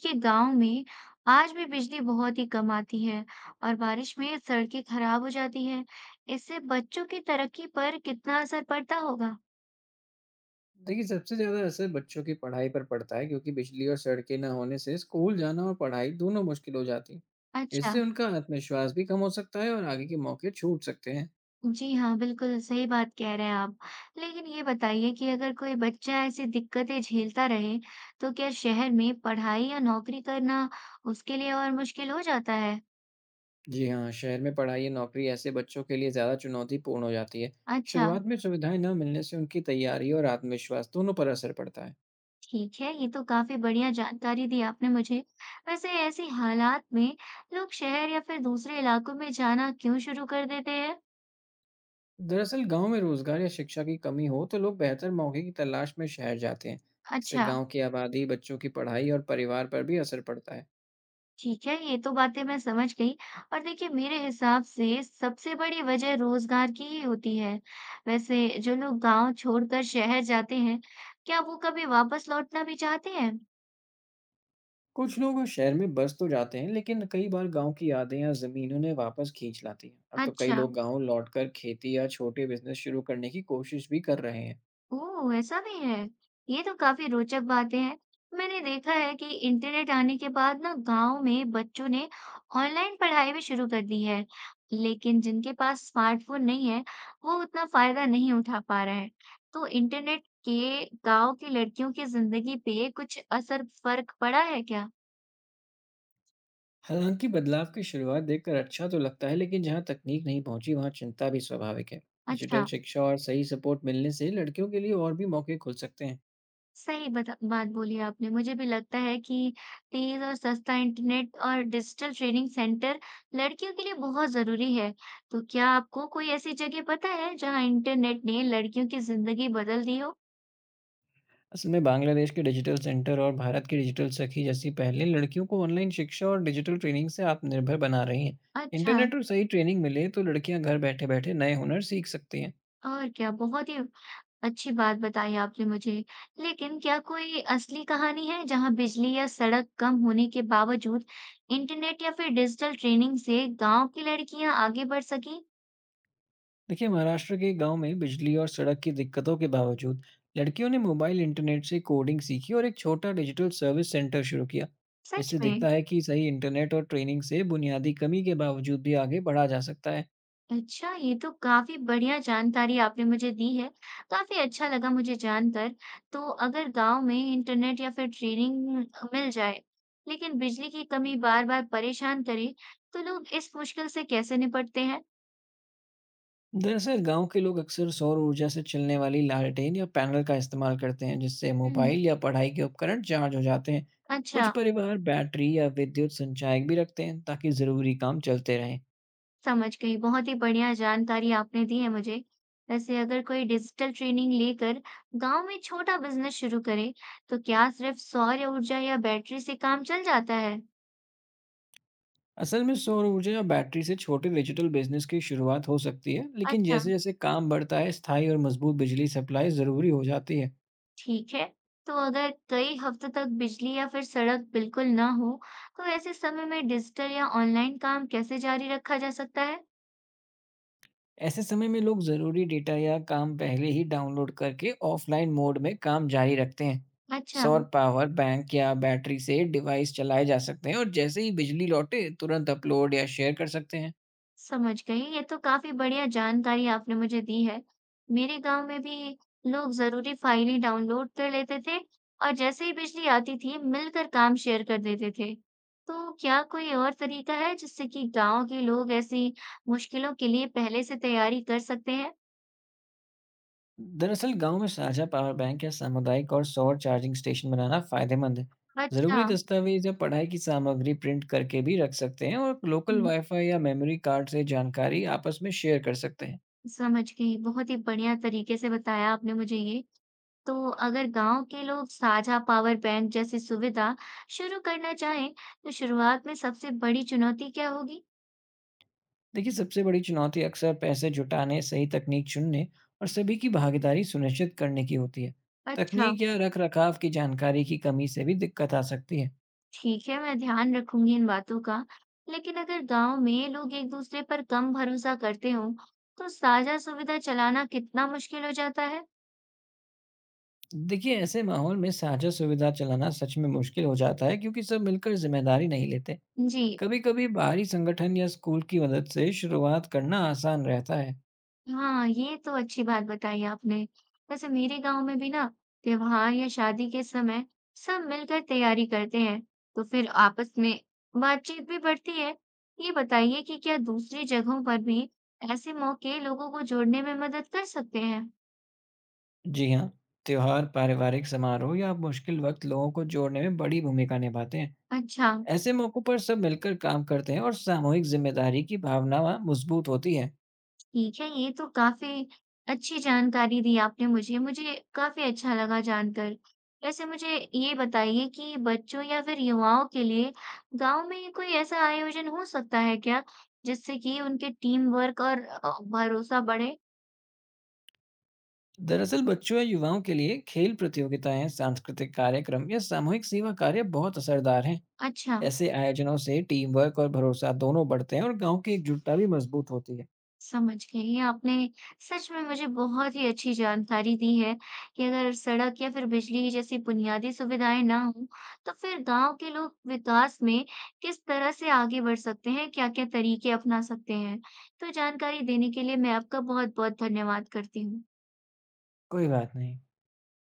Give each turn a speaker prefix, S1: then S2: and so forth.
S1: देखिए गांव में आज भी बिजली बहुत ही कम आती है। और बारिश में सड़कें खराब हो जाती हैं। इससे बच्चों की तरक्की पर कितना असर पड़ता होगा।
S2: देखिए, सबसे ज़्यादा असर बच्चों की पढ़ाई पर पड़ता है क्योंकि बिजली और सड़कें ना होने से स्कूल जाना और पढ़ाई दोनों मुश्किल हो जाती हैं।
S1: अच्छा।
S2: इससे उनका आत्मविश्वास भी कम हो सकता है और आगे के मौके छूट सकते हैं।
S1: जी हाँ, बिल्कुल सही बात कह रहे हैं आप। लेकिन ये बताइए कि अगर कोई बच्चा ऐसी दिक्कतें झेलता रहे, तो क्या शहर में पढ़ाई या नौकरी करना उसके लिए और मुश्किल हो जाता है।
S2: जी हाँ, शहर में पढ़ाई या नौकरी ऐसे बच्चों के लिए ज़्यादा चुनौतीपूर्ण हो जाती है।
S1: अच्छा।
S2: शुरुआत में सुविधाएं न मिलने से उनकी तैयारी और आत्मविश्वास दोनों पर असर पड़ता है।
S1: ठीक है, ये तो काफ़ी बढ़िया जानकारी दी आपने मुझे। वैसे ऐसे हालात में लोग शहर या फिर दूसरे इलाकों में जाना क्यों शुरू कर देते हैं?
S2: दरअसल गांव में रोजगार या शिक्षा की कमी हो तो लोग बेहतर मौके की तलाश में शहर जाते हैं। इससे
S1: अच्छा।
S2: गांव की आबादी, बच्चों की पढ़ाई और परिवार पर भी असर पड़ता है।
S1: ठीक है, ये तो बातें मैं समझ गई। और देखिए, मेरे हिसाब से सबसे बड़ी वजह रोजगार की ही होती है। वैसे जो लोग गांव छोड़कर शहर जाते हैं, क्या वो कभी वापस लौटना भी चाहते हैं?
S2: कुछ लोग शहर में बस तो जाते हैं लेकिन कई बार गांव की यादें या जमीन उन्हें वापस खींच लाती हैं। अब तो कई
S1: अच्छा।
S2: लोग गांव लौटकर खेती या छोटे बिजनेस शुरू करने की कोशिश भी कर रहे हैं।
S1: ओह! ऐसा भी है। ये तो काफ़ी रोचक बातें हैं। मैंने देखा है कि इंटरनेट आने के बाद ना गाँव में बच्चों ने ऑनलाइन पढ़ाई भी शुरू कर दी है, लेकिन जिनके पास स्मार्टफ़ोन नहीं है, वो उतना फ़ायदा नहीं उठा पा रहे हैं। तो इंटरनेट के गाँव की लड़कियों की ज़िंदगी पे कुछ असर फ़र्क पड़ा है क्या?
S2: हालांकि बदलाव की शुरुआत देखकर अच्छा तो लगता है लेकिन जहां तकनीक नहीं पहुंची वहां चिंता भी स्वाभाविक है। डिजिटल
S1: अच्छा।
S2: शिक्षा और सही सपोर्ट मिलने से लड़कियों के लिए और भी मौके खुल सकते हैं।
S1: सही बता बात बोली आपने। मुझे भी लगता है कि तेज़ और सस्ता इंटरनेट और डिजिटल ट्रेनिंग सेंटर लड़कियों के लिए बहुत ज़रूरी है। तो क्या आपको कोई ऐसी जगह पता है जहाँ इंटरनेट ने लड़कियों की ज़िंदगी बदल दी हो?
S2: असल में बांग्लादेश के डिजिटल सेंटर और भारत की डिजिटल सखी जैसी पहले लड़कियों को ऑनलाइन शिक्षा और डिजिटल ट्रेनिंग से आत्मनिर्भर बना रही हैं।
S1: अच्छा।
S2: इंटरनेट और सही ट्रेनिंग मिले तो लड़कियां घर बैठे बैठे नए हुनर सीख सकती हैं।
S1: और क्या बहुत ही अच्छी बात बताई आपने मुझे। लेकिन क्या कोई असली कहानी है जहाँ बिजली या सड़क कम होने के बावजूद इंटरनेट या फिर डिजिटल ट्रेनिंग से गाँव की लड़कियाँ आगे बढ़ सकीं?
S2: देखिए, महाराष्ट्र के गांव में बिजली और सड़क की दिक्कतों के बावजूद लड़कियों ने मोबाइल इंटरनेट से कोडिंग सीखी और एक छोटा डिजिटल सर्विस सेंटर शुरू किया।
S1: सच
S2: इससे
S1: में?
S2: दिखता है कि सही इंटरनेट और ट्रेनिंग से बुनियादी कमी के बावजूद भी आगे बढ़ा जा सकता है।
S1: अच्छा, ये तो काफ़ी बढ़िया जानकारी आपने मुझे दी है। काफ़ी अच्छा लगा मुझे जानकर। तो अगर गाँव में इंटरनेट या फिर ट्रेनिंग मिल जाए, लेकिन बिजली की कमी बार-बार परेशान करे, तो लोग इस मुश्किल से कैसे निपटते हैं?
S2: दरअसल गांव के लोग अक्सर सौर ऊर्जा से चलने वाली लालटेन या पैनल का इस्तेमाल करते हैं जिससे
S1: हुँ,
S2: मोबाइल या पढ़ाई के उपकरण चार्ज हो जाते हैं। कुछ
S1: अच्छा।
S2: परिवार बैटरी या विद्युत संचायक भी रखते हैं ताकि ज़रूरी काम चलते रहें।
S1: समझ गई। बहुत ही बढ़िया जानकारी आपने दी है मुझे। वैसे अगर कोई डिजिटल ट्रेनिंग लेकर गाँव में छोटा बिज़नेस शुरू करे, तो क्या सिर्फ सौर ऊर्जा या बैटरी से काम चल जाता है?
S2: असल में सौर ऊर्जा या बैटरी से छोटे डिजिटल बिजनेस की शुरुआत हो सकती है लेकिन
S1: अच्छा।
S2: जैसे जैसे काम बढ़ता है स्थायी और मजबूत बिजली सप्लाई ज़रूरी हो जाती है।
S1: ठीक है, तो अगर कई हफ्तों तक बिजली या फिर सड़क बिल्कुल ना हो, तो ऐसे समय में डिजिटल या ऑनलाइन काम कैसे जारी रखा जा सकता है?
S2: ऐसे समय में लोग ज़रूरी डेटा या काम पहले ही डाउनलोड करके ऑफलाइन मोड में काम जारी रखते हैं।
S1: अच्छा।
S2: सौर पावर बैंक या बैटरी से डिवाइस चलाए जा सकते हैं और जैसे ही बिजली लौटे तुरंत अपलोड या शेयर कर सकते हैं।
S1: समझ गई, ये तो काफी बढ़िया जानकारी आपने मुझे दी है। मेरे गांव में भी लोग जरूरी फाइलें डाउनलोड कर लेते थे और जैसे ही बिजली आती थी मिलकर काम शेयर कर देते थे। तो क्या कोई और तरीका है जिससे कि गांव के लोग ऐसी मुश्किलों के लिए पहले से तैयारी कर सकते हैं?
S2: दरअसल गांव में साझा पावर बैंक या सामुदायिक और सौर चार्जिंग स्टेशन बनाना फ़ायदेमंद है।
S1: अच्छा।
S2: ज़रूरी दस्तावेज या पढ़ाई की सामग्री प्रिंट करके भी रख सकते हैं और लोकल वाईफाई या मेमोरी कार्ड से जानकारी आपस में शेयर कर सकते हैं।
S1: समझ गई। बहुत ही बढ़िया तरीके से बताया आपने मुझे ये। तो अगर गाँव के लोग साझा पावर बैंक जैसी सुविधा शुरू करना चाहें, तो शुरुआत में सबसे बड़ी चुनौती क्या होगी?
S2: देखिए, सबसे बड़ी चुनौती अक्सर पैसे जुटाने, सही तकनीक चुनने और सभी की भागीदारी सुनिश्चित करने की होती है।
S1: अच्छा।
S2: तकनीक या रख-रखाव की जानकारी की कमी से भी दिक्कत आ सकती है।
S1: ठीक है, मैं ध्यान रखूंगी इन बातों का। लेकिन अगर गाँव में लोग एक दूसरे पर कम भरोसा करते हों, तो साझा सुविधा चलाना कितना मुश्किल हो जाता है?
S2: देखिए, ऐसे माहौल में साझा सुविधा चलाना सच में मुश्किल हो जाता है क्योंकि सब मिलकर जिम्मेदारी नहीं लेते।
S1: जी,
S2: कभी-कभी बाहरी संगठन या स्कूल की मदद से शुरुआत करना आसान रहता है।
S1: हाँ, ये तो अच्छी बात बताई आपने। वैसे मेरे गांव में भी ना त्योहार या शादी के समय सब मिलकर तैयारी करते हैं, तो फिर आपस में बातचीत भी बढ़ती है। ये बताइए कि क्या दूसरी जगहों पर भी ऐसे मौके लोगों को जोड़ने में मदद कर सकते हैं?
S2: जी हाँ, त्योहार, पारिवारिक समारोह या मुश्किल वक्त लोगों को जोड़ने में बड़ी भूमिका निभाते हैं।
S1: अच्छा।
S2: ऐसे मौकों पर सब मिलकर काम करते हैं और सामूहिक जिम्मेदारी की भावना वहाँ मजबूत होती है।
S1: ठीक है, ये तो काफ़ी अच्छी जानकारी दी आपने मुझे, मुझे काफ़ी अच्छा लगा जानकर। वैसे मुझे ये बताइए कि बच्चों या फिर युवाओं के लिए गाँव में कोई ऐसा आयोजन हो सकता है क्या, जिससे कि उनके टीम वर्क और भरोसा बढ़े?
S2: दरअसल बच्चों या युवाओं के लिए खेल प्रतियोगिताएं, सांस्कृतिक कार्यक्रम या सामूहिक सेवा कार्य बहुत असरदार हैं।
S1: अच्छा।
S2: ऐसे आयोजनों से टीम वर्क और भरोसा दोनों बढ़ते हैं और गांव की एकजुटता भी मजबूत होती है।
S1: समझ गई आपने। सच में मुझे बहुत ही अच्छी जानकारी दी है कि अगर सड़क या फिर बिजली जैसी बुनियादी सुविधाएं ना हो, तो फिर गांव के लोग विकास में किस तरह से आगे बढ़ सकते हैं, क्या-क्या तरीके अपना सकते हैं। तो जानकारी देने के लिए मैं आपका बहुत-बहुत धन्यवाद करती हूँ।
S2: कोई बात नहीं।